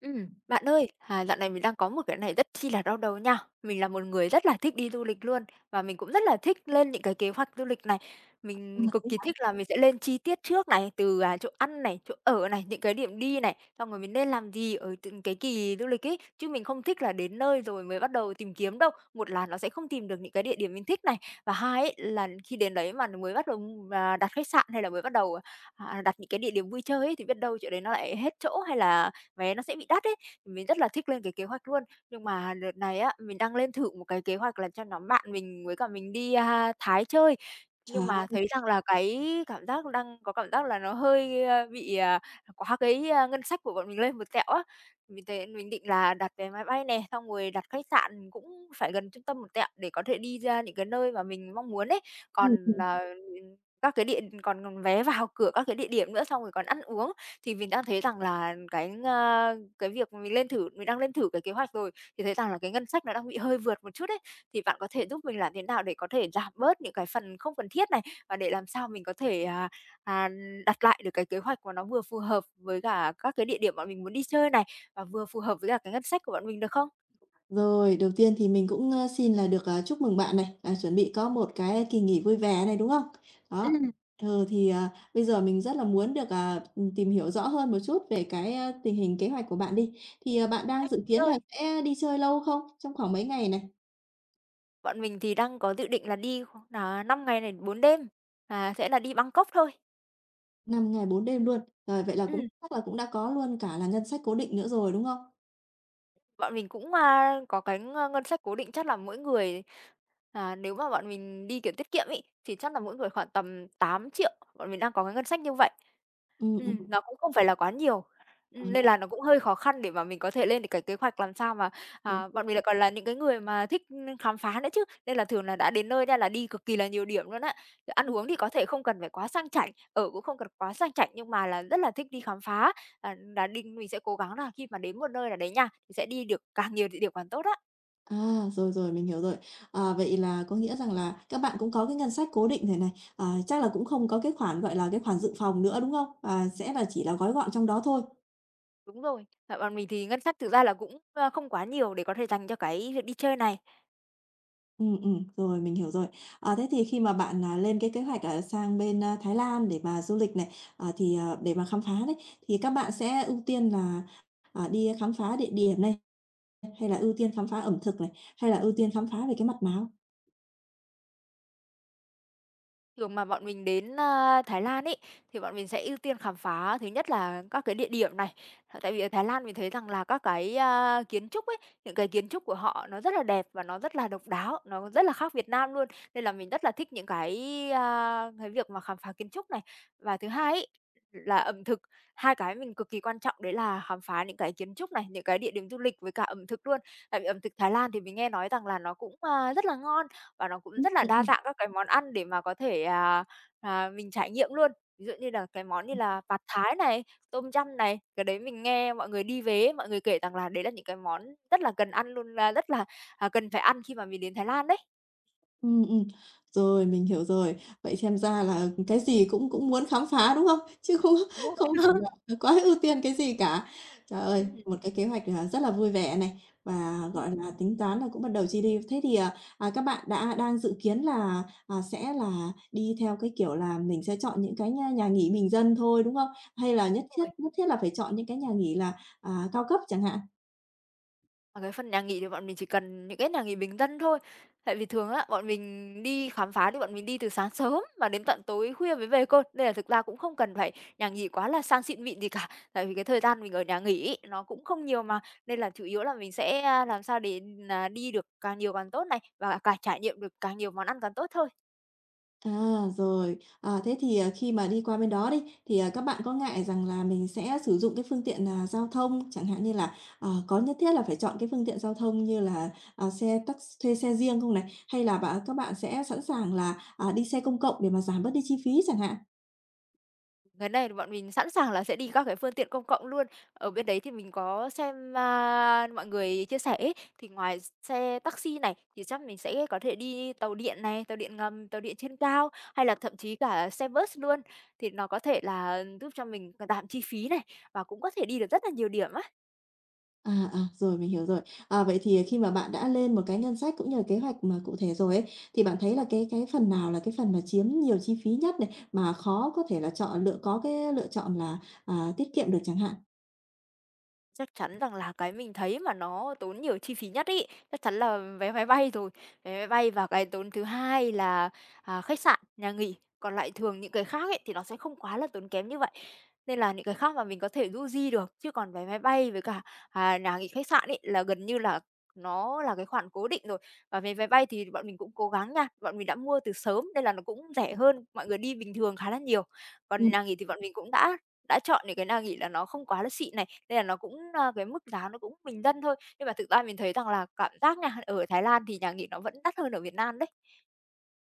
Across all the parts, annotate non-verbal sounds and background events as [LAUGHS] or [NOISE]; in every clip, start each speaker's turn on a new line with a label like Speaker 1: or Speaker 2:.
Speaker 1: Bạn ơi, à, dạo này mình đang có một cái này rất chi là đau đầu nha. Mình là một người rất là thích đi du lịch luôn và mình cũng rất là thích lên những cái kế hoạch du lịch này.
Speaker 2: À,
Speaker 1: Mình cực
Speaker 2: thế
Speaker 1: kỳ
Speaker 2: hả?
Speaker 1: thích là mình sẽ lên chi tiết trước này, từ, à, chỗ ăn này, chỗ ở này, những cái điểm đi này, xong rồi mình nên làm gì ở từng cái kỳ du lịch ấy. Chứ mình không thích là đến nơi rồi mới bắt đầu tìm kiếm đâu. Một là nó sẽ không tìm được những cái địa điểm mình thích này, và hai ấy là khi đến đấy mà mới bắt đầu, à, đặt khách sạn hay là mới bắt đầu, à, đặt những cái địa điểm vui chơi ấy, thì biết đâu chỗ đấy nó lại hết chỗ hay là vé nó sẽ bị đắt ấy, thì mình rất là thích lên cái kế hoạch luôn. Nhưng mà đợt này á, mình đang lên thử một cái kế hoạch là cho nhóm bạn mình với cả mình đi, Thái chơi, nhưng
Speaker 2: Trời
Speaker 1: mà
Speaker 2: ơi!
Speaker 1: thấy rằng là cái cảm giác đang có cảm giác là nó hơi, bị, à, quá cái, ngân sách của bọn mình lên một tẹo á. Mình thấy mình định là đặt vé máy bay này xong rồi đặt khách sạn cũng phải gần trung tâm một tẹo để có thể đi ra những cái nơi mà mình mong muốn ấy. Còn, à, các cái địa còn vé vào cửa các cái địa điểm nữa, xong rồi còn ăn uống. Thì mình đang thấy rằng là cái, cái việc mình đang lên thử cái kế hoạch rồi, thì thấy rằng là cái ngân sách nó đang bị hơi vượt một chút ấy. Thì bạn có thể giúp mình làm thế nào để có thể giảm bớt những cái phần không cần thiết này, và để làm sao mình có thể, à, đặt lại được cái kế hoạch mà nó vừa phù hợp với cả các cái địa điểm bọn mình muốn đi chơi này, và vừa phù hợp với cả cái ngân sách của bọn mình được không?
Speaker 2: Rồi, đầu tiên thì mình cũng, xin là được, chúc mừng bạn này, chuẩn bị có một cái kỳ nghỉ vui vẻ này, đúng không?
Speaker 1: Ừ,
Speaker 2: Đó, ừ, thì, bây giờ mình rất là muốn được, tìm hiểu rõ hơn một chút về cái, tình hình kế hoạch của bạn đi. Thì, bạn đang dự kiến
Speaker 1: rồi,
Speaker 2: là sẽ đi chơi lâu không? Trong khoảng mấy ngày này?
Speaker 1: bọn mình thì đang có dự định là đi khoảng nà 5 ngày này 4 đêm, à, sẽ là đi Bangkok thôi.
Speaker 2: Năm ngày 4 đêm luôn. Rồi, vậy là
Speaker 1: Ừ,
Speaker 2: cũng chắc là cũng đã có luôn cả là ngân sách cố định nữa rồi, đúng không?
Speaker 1: bọn mình cũng, có cái, ngân sách cố định chắc là mỗi người. À, nếu mà bọn mình đi, kiểu, tiết kiệm ấy, thì chắc là mỗi người khoảng tầm 8 triệu bọn mình đang có cái ngân sách như vậy.
Speaker 2: Ừm, ừm,
Speaker 1: Nó cũng không phải là quá nhiều,
Speaker 2: à,
Speaker 1: nên là nó cũng hơi khó khăn để mà mình có thể lên được cái kế hoạch làm sao mà à, bọn mình lại còn là những cái người mà thích, khám phá nữa chứ, nên là thường là đã đến nơi ra là đi cực kỳ là nhiều điểm luôn á. Ăn
Speaker 2: [UNINTELLIGIBLE]
Speaker 1: uống thì có thể không cần phải quá sang chảnh, ở cũng không cần quá sang chảnh, nhưng mà là rất là thích đi khám phá, à, là đi mình sẽ cố gắng là khi mà đến một nơi là đấy nha, mình sẽ đi được càng nhiều địa điểm càng tốt á.
Speaker 2: À, rồi, mình hiểu rồi. À, vậy là có nghĩa rằng là các bạn cũng có cái ngân sách cố định thế này, à, chắc là cũng không có cái khoản, gọi là, cái khoản dự phòng nữa, đúng không? Và sẽ là chỉ là gói gọn trong đó thôi.
Speaker 1: Đúng rồi, tại bọn mình thì ngân sách thực ra là cũng, không quá nhiều để có thể dành cho cái việc đi chơi này.
Speaker 2: Ừ rồi, mình hiểu rồi. À, thế thì khi mà bạn, lên cái kế hoạch, sang bên, Thái Lan để mà du lịch này, à, thì, để mà khám phá đấy, thì các bạn sẽ ưu tiên là, đi khám phá địa điểm này, hay là ưu tiên khám phá ẩm thực này, hay là ưu tiên khám phá về cái mặt nào?
Speaker 1: Thường mà bọn mình đến, Thái Lan ấy, thì bọn mình sẽ ưu tiên khám phá thứ nhất là các cái địa điểm này. Ờ, tại vì ở Thái Lan mình thấy rằng là các cái, kiến trúc ấy, những cái kiến trúc của họ nó rất là đẹp và nó rất là độc đáo, nó rất là khác Việt Nam luôn, nên là mình rất là thích những cái, cái việc mà khám phá kiến trúc này. Và thứ hai ấy, là ẩm thực, hai cái mình cực kỳ quan trọng đấy là khám phá những cái kiến trúc này, những cái địa điểm du lịch với cả ẩm thực luôn. Tại vì ẩm thực Thái Lan thì mình nghe nói rằng là nó cũng, rất là ngon và nó cũng rất là đa dạng các cái món ăn để mà có thể, mình trải nghiệm luôn. Ví dụ như là cái món như là Pad Thái này, Tôm Yum này, cái đấy mình nghe mọi người đi về mọi người kể rằng là đấy là những cái món rất là cần ăn luôn, rất là, à, cần phải ăn khi mà mình đến Thái Lan đấy.
Speaker 2: Ừ. Rồi, mình hiểu rồi. Vậy xem ra là cái gì cũng cũng muốn khám phá, đúng không? Chứ không
Speaker 1: Đúng
Speaker 2: [LAUGHS] không hẳn
Speaker 1: rồi. [LAUGHS]
Speaker 2: là, ờ, quá ưu tiên cái gì cả. Trời ơi,
Speaker 1: Ừm,
Speaker 2: một cái kế hoạch, à, rất là vui vẻ này, và,
Speaker 1: đúng
Speaker 2: gọi là, tính toán là cũng bắt đầu chi đi. Thế thì, à, à, các bạn đã đang dự kiến là, sẽ là đi theo cái kiểu là mình sẽ chọn những cái nhà nhà nghỉ bình dân thôi, đúng không? Hay là
Speaker 1: rồi.
Speaker 2: nhất thiết là phải chọn những cái nhà nghỉ là, cao cấp chẳng hạn?
Speaker 1: Mà cái phần nhà nghỉ thì bọn mình chỉ cần những cái nhà nghỉ bình dân thôi. Tại vì thường á, bọn mình đi khám phá thì bọn mình đi từ sáng sớm và đến tận tối khuya mới về cơ, nên là thực ra cũng không cần phải nhà nghỉ quá là sang xịn mịn gì cả. [LAUGHS] Tại vì cái thời gian mình ở nhà nghỉ ấy, nó cũng không nhiều mà, nên là chủ yếu là mình sẽ, làm sao để, à, đi được càng nhiều càng tốt này, và cả trải nghiệm được càng nhiều món ăn càng tốt thôi.
Speaker 2: À, rồi. À, thế thì, à, khi mà đi qua bên đó đi, thì, các bạn có ngại rằng là mình sẽ sử dụng cái phương tiện, giao thông, chẳng hạn như là, ờ, có nhất thiết là phải chọn cái phương tiện giao thông như là, xe taxi thuê xe riêng không này? Hay là các bạn sẽ sẵn sàng là, đi xe công cộng để mà giảm bớt đi chi phí chẳng hạn?
Speaker 1: Cái này thì bọn mình sẵn sàng là sẽ đi các cái phương tiện công cộng luôn. Ở bên đấy thì mình có xem, mọi người chia sẻ ấy, thì ngoài xe taxi này, thì chắc mình sẽ có thể đi tàu điện này, tàu điện ngầm, tàu điện trên cao, hay là thậm chí cả xe bus luôn. Thì nó có thể là ừ, giúp cho mình giảm chi phí này, và cũng có thể đi được rất là nhiều điểm á.
Speaker 2: À, à, rồi, mình hiểu rồi. À, vậy thì khi mà bạn đã lên một cái ngân sách cũng như là kế hoạch mà cụ thể rồi ấy, thì bạn thấy là cái phần nào là cái phần mà chiếm nhiều chi phí nhất này, mà khó có thể là chọn lựa có cái lựa chọn là, tiết kiệm được chẳng hạn?
Speaker 1: Chắc chắn rằng là cái mình thấy mà nó tốn nhiều chi phí nhất ấy, chắc chắn là vé máy bay rồi. Vé máy bay và cái tốn thứ hai là, à, khách sạn, nhà nghỉ. Còn lại thường những cái khác ấy thì nó sẽ không quá là tốn kém như vậy, nên là những cái khác mà mình có thể du di được. Chứ còn vé máy bay với cả, à, nhà nghỉ, khách sạn ấy là gần như là nó là cái khoản cố định rồi. Và vé máy bay thì bọn mình cũng cố gắng nha, bọn mình đã mua từ sớm nên là nó cũng rẻ hơn mọi người đi bình thường khá là nhiều. Còn
Speaker 2: Ừm,
Speaker 1: nhà nghỉ thì bọn mình cũng đã chọn những cái nào nghĩ là nó không quá là xịn này, nên là nó cũng, cái mức giá nó cũng bình dân thôi. Nhưng mà thực ra mình thấy rằng là cảm giác nha, ở Thái Lan thì nhà nghỉ nó vẫn đắt hơn ở Việt Nam đấy.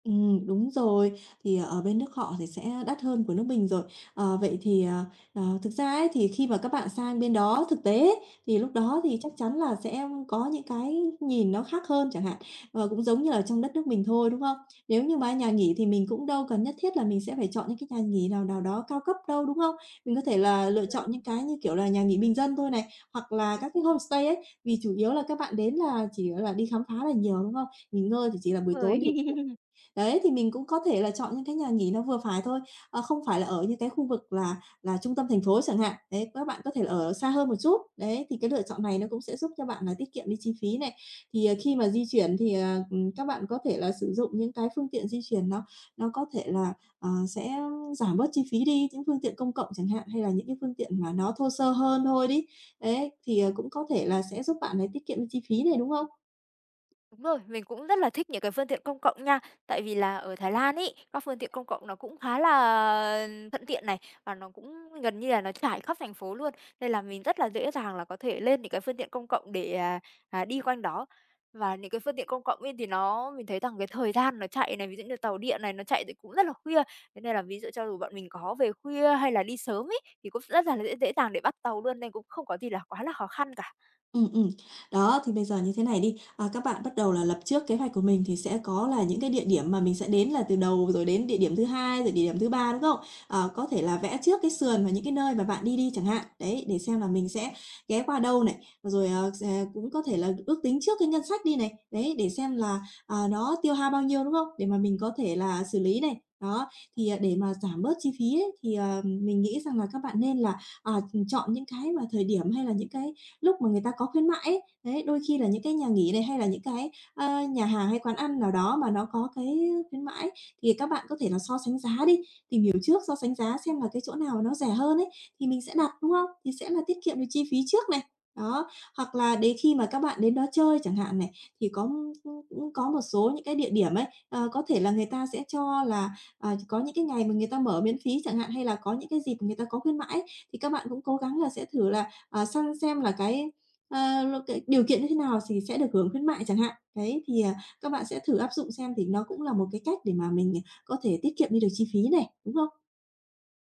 Speaker 2: đúng rồi, thì ờ, ở bên nước họ thì sẽ đắt hơn của nước mình rồi. Ờ, vậy thì, ờ, ờ, thực ra ấy thì khi mà các bạn sang bên đó thực tế ấy, thì lúc đó thì chắc chắn là sẽ có những cái nhìn nó khác hơn chẳng hạn, và cũng giống như là trong đất nước mình thôi, đúng không? Nếu như mà nhà nghỉ thì mình cũng đâu cần nhất thiết là mình sẽ phải chọn những cái nhà nghỉ nào nào đó cao cấp đâu, đúng không? Mình có thể là lựa chọn những cái như, kiểu là, nhà nghỉ bình dân thôi này, hoặc là
Speaker 1: Ừm,
Speaker 2: các cái homestay ấy, vì chủ yếu là các bạn đến là chỉ, là, đi khám phá là nhiều, đúng không? Nghỉ ngơi thì chỉ là buổi tối
Speaker 1: rồi.
Speaker 2: thì
Speaker 1: [LAUGHS]
Speaker 2: Đấy, thì mình cũng có thể là chọn những cái nhà nghỉ nó vừa phải thôi, ờ, không phải là ở những cái khu vực là trung tâm thành phố chẳng hạn. Đấy, các bạn có thể là ở xa hơn một chút. Đấy, thì cái lựa chọn này nó cũng sẽ giúp cho bạn là tiết kiệm đi chi phí này. Thì, ờ, khi mà di chuyển thì, ờ, các bạn có thể là sử dụng những cái phương tiện di chuyển nó có thể là, ờ, sẽ giảm bớt chi phí đi, những phương tiện công cộng chẳng hạn, hay là những cái phương tiện mà nó thô sơ hơn thôi đi. Đấy, thì, ờ, cũng có thể là sẽ giúp bạn là tiết kiệm đi chi phí này, đúng không?
Speaker 1: Đúng rồi, mình cũng rất là thích những cái phương tiện công cộng nha. Tại vì là ở Thái Lan ấy, các phương tiện công cộng nó cũng khá là thuận tiện này và nó cũng gần như là nó trải khắp thành phố luôn. Nên là mình rất là dễ dàng là có thể lên những cái phương tiện công cộng để, đi quanh đó. Và những cái phương tiện công cộng ấy thì nó mình thấy rằng cái thời gian nó chạy này, ví dụ như tàu điện này, nó chạy thì cũng rất là khuya. Thế nên là ví dụ cho dù bọn mình có về khuya hay là đi sớm ấy, thì cũng rất là dễ dễ dàng để bắt tàu luôn, nên cũng không có gì là quá là khó khăn cả.
Speaker 2: Ừ. Đó, thì bây giờ như thế này đi, các bạn bắt đầu là lập trước kế hoạch của mình thì sẽ có là những cái địa điểm mà mình sẽ đến là từ đầu rồi đến địa điểm thứ hai, rồi địa điểm thứ ba, đúng không? Ờ, có thể là vẽ trước cái sườn và những cái nơi mà bạn đi đi chẳng hạn, đấy, để xem là mình sẽ ghé qua đâu này, rồi, ờ, sẽ cũng có thể là ước tính trước cái ngân sách đi này, đấy, để xem là, nó tiêu hao bao nhiêu, đúng không? Để mà mình có thể là xử lý này. Đó, thì, để mà giảm bớt chi phí ấy, thì, ờ, mình nghĩ rằng là các bạn nên là, à, chọn những cái mà thời điểm hay là những cái lúc mà người ta có khuyến mãi, ấy. Đấy, đôi khi là những cái nhà nghỉ này hay là những cái, ơ, nhà hàng hay quán ăn nào đó mà nó có cái khuyến mãi thì các bạn có thể là so sánh giá đi, tìm hiểu trước, so sánh giá xem là cái chỗ nào nó rẻ hơn ấy, thì mình sẽ đặt, đúng không? Thì sẽ là tiết kiệm được chi phí trước này. Đó, hoặc là đến khi mà các bạn đến đó chơi chẳng hạn này, thì có, cũng có một số những cái địa điểm ấy, ờ, có thể là người ta sẽ cho là, có những cái ngày mà người ta mở miễn phí chẳng hạn, hay là có những cái dịp người ta có khuyến mãi ấy, thì các bạn cũng cố gắng là sẽ thử là săn xem là cái, ờ, cái điều kiện như thế nào thì sẽ được hưởng khuyến mại chẳng hạn. Đấy, thì, các bạn sẽ thử áp dụng xem thì nó cũng là một cái cách để mà mình, có thể tiết kiệm đi được chi phí này, đúng không?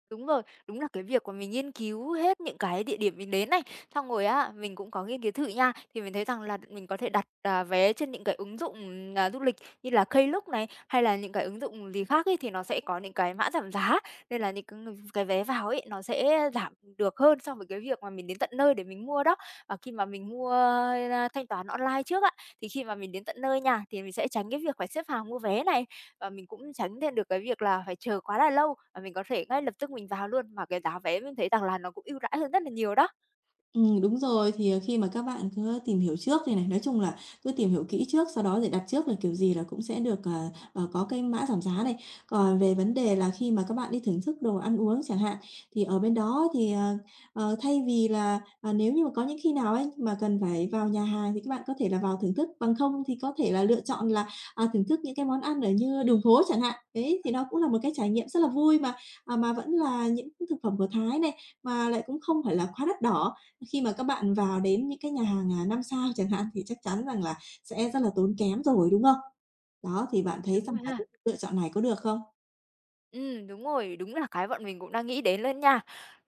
Speaker 1: Đúng rồi, đúng là cái việc của mình nghiên cứu hết những cái địa điểm mình đến này, xong rồi á, mình cũng có nghiên cứu thử nha, thì mình thấy rằng là mình có thể đặt, à, vé trên những cái ứng dụng, à, du lịch như là Klook này, hay là những cái ứng dụng gì khác ấy, thì nó sẽ có những cái mã giảm giá, nên là những cái vé vào ấy, nó sẽ giảm được hơn so với cái việc mà mình đến tận nơi để mình mua đó. Và khi mà mình mua, thanh toán online trước á, thì khi mà mình đến tận nơi nha, thì mình sẽ tránh cái việc phải xếp hàng mua vé này. Và mình cũng tránh thêm được cái việc là phải chờ quá là lâu, và mình có thể ngay lập tức mình vào luôn, mà cái giá vé mình thấy rằng là nó cũng ưu đãi hơn rất là nhiều đó.
Speaker 2: Đúng rồi. Thì, ờ, khi mà các bạn cứ tìm hiểu trước đây này, nói chung là cứ tìm hiểu kỹ trước, sau đó để đặt trước là kiểu gì là cũng sẽ được, có cái mã giảm giá này. Còn về vấn đề là khi mà các bạn đi thưởng thức đồ ăn uống chẳng hạn, thì ở bên đó thì, thay vì là, nếu như mà có những khi nào ấy mà cần phải vào nhà hàng thì các bạn có thể là vào thưởng thức, bằng không thì có thể là lựa chọn là, thưởng thức những cái món ăn ở như đường phố chẳng hạn. Đấy, thì nó cũng là một cái trải nghiệm rất là vui mà, mà vẫn là những thực phẩm của Thái này, mà lại cũng không phải là quá đắt đỏ. Khi mà các bạn vào đến những cái nhà hàng, 5 sao chẳng hạn thì chắc chắn rằng là sẽ rất là tốn kém rồi, đúng không? Đó, thì bạn thấy
Speaker 1: Đúng
Speaker 2: rằng
Speaker 1: rồi
Speaker 2: là
Speaker 1: ha.
Speaker 2: cái lựa chọn này có được không?
Speaker 1: Đúng rồi, đúng là cái bọn mình cũng đang nghĩ đến lên nha.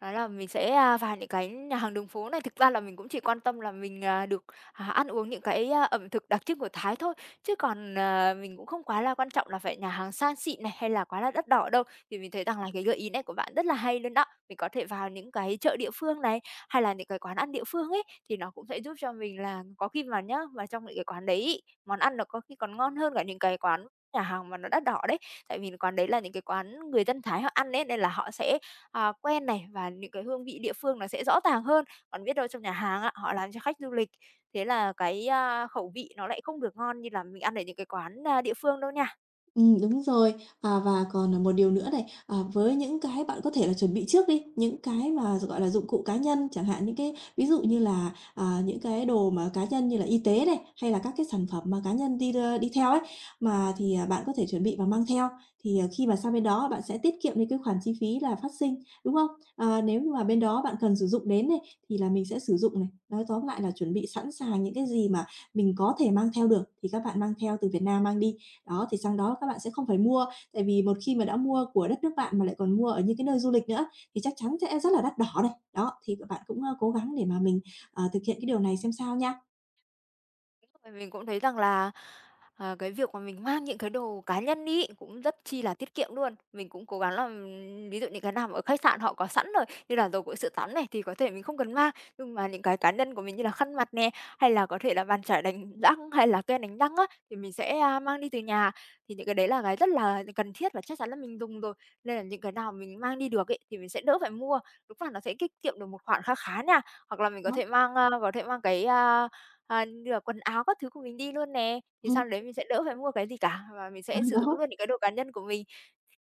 Speaker 1: Đó là mình sẽ, vào những cái nhà hàng đường phố này, thực ra là mình cũng chỉ quan tâm là mình, được, ăn uống những cái, ẩm thực đặc trưng của Thái thôi, chứ còn, ờ, mình cũng không quá là quan trọng là phải nhà hàng sang xịn này, hay là quá là đắt đỏ đâu. Thì mình thấy rằng là cái gợi ý này của bạn rất là hay luôn đó. Mình có thể vào những cái chợ địa phương này, hay là những cái quán ăn địa phương ấy, thì nó cũng sẽ giúp cho mình là có khi mà nhá, vào trong những cái quán đấy ấy, món ăn nó có khi còn ngon hơn cả những cái quán nhà hàng mà nó đắt đỏ đấy, tại vì quán đấy là những cái quán người dân Thái họ ăn ấy, nên là họ sẽ, à, quen này, và những cái hương vị địa phương nó sẽ rõ ràng hơn. Còn biết đâu trong nhà hàng á, họ làm cho khách du lịch, thế là cái, khẩu vị nó lại không được ngon như là mình ăn ở những cái quán, địa phương đâu nha.
Speaker 2: Đúng rồi. À, và còn, một điều nữa này, à, với những cái bạn có thể là chuẩn bị trước đi, những cái mà, gọi là, dụng cụ cá nhân, chẳng hạn những cái ví dụ như là, những cái đồ mà cá nhân như là y tế này, hay là các cái sản phẩm mà cá nhân đi theo ấy, mà thì, bạn có thể chuẩn bị và mang theo, thì, khi mà sang bên đó bạn sẽ tiết kiệm đi cái khoản chi phí là phát sinh, đúng không? À, nếu như mà bên đó bạn cần sử dụng đến này, thì là mình sẽ sử dụng này. Nói tóm lại là chuẩn bị sẵn sàng những cái gì mà mình có thể mang theo được thì các bạn mang theo từ Việt Nam mang đi. Đó, thì sang đó các bạn sẽ không phải mua, tại vì một khi mà đã mua của đất nước bạn mà lại còn mua ở những cái nơi du lịch nữa thì chắc chắn sẽ rất là đắt đỏ này. Đó, thì các bạn cũng, ơ, cố gắng để mà mình, ờ, thực hiện cái điều này xem sao nha.
Speaker 1: Rồi mình cũng thấy rằng là, à, cái việc mà mình mang những cái đồ cá nhân đi cũng rất chi là tiết kiệm luôn. Mình cũng cố gắng là, ví dụ những cái nào mà ở khách sạn họ có sẵn rồi, như là dầu gội sữa tắm này thì có thể mình không cần mang, nhưng mà những cái cá nhân của mình như là khăn mặt nè, hay là có thể là bàn chải đánh răng, hay là kem đánh răng á, thì mình sẽ, mang đi từ nhà. Thì những cái đấy là cái rất là cần thiết và chắc chắn là mình dùng rồi, nên là những cái nào mình mang đi được ấy thì mình sẽ đỡ phải mua. Đúng là nó sẽ tiết kiệm được một khoản khá khá nha. Hoặc là mình có
Speaker 2: Đó,
Speaker 1: thể mang, a, có thể mang cái, à, ờ, như là quần áo các thứ của mình đi luôn nè, thì
Speaker 2: ừm,
Speaker 1: sau đấy mình sẽ đỡ phải mua cái gì cả, và mình
Speaker 2: ờ,
Speaker 1: sẽ sử dụng
Speaker 2: đó,
Speaker 1: luôn những cái đồ cá nhân của mình.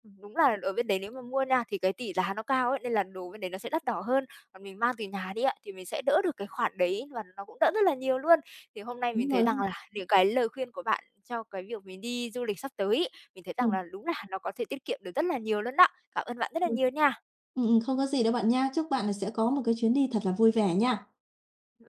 Speaker 1: Ừ, đúng là ở bên đấy nếu mà mua nha, thì cái tỷ giá nó cao ấy, nên là đồ bên đấy nó sẽ đắt đỏ hơn, còn mình mang từ nhà đi ạ thì mình sẽ đỡ được cái khoản đấy và nó cũng đỡ rất là nhiều luôn. Thì hôm nay mình
Speaker 2: đúng
Speaker 1: thấy
Speaker 2: rồi,
Speaker 1: rằng là những cái lời khuyên của bạn cho cái việc mình đi du lịch sắp tới ấy, mình thấy rằng
Speaker 2: Ừm,
Speaker 1: là đúng là nó có thể tiết kiệm được rất là nhiều luôn đó. Cảm ơn bạn rất là
Speaker 2: ừm,
Speaker 1: nhiều nha.
Speaker 2: không có gì đâu bạn nha. Chúc bạn là sẽ có một cái chuyến đi thật là vui vẻ nha.
Speaker 1: Bye.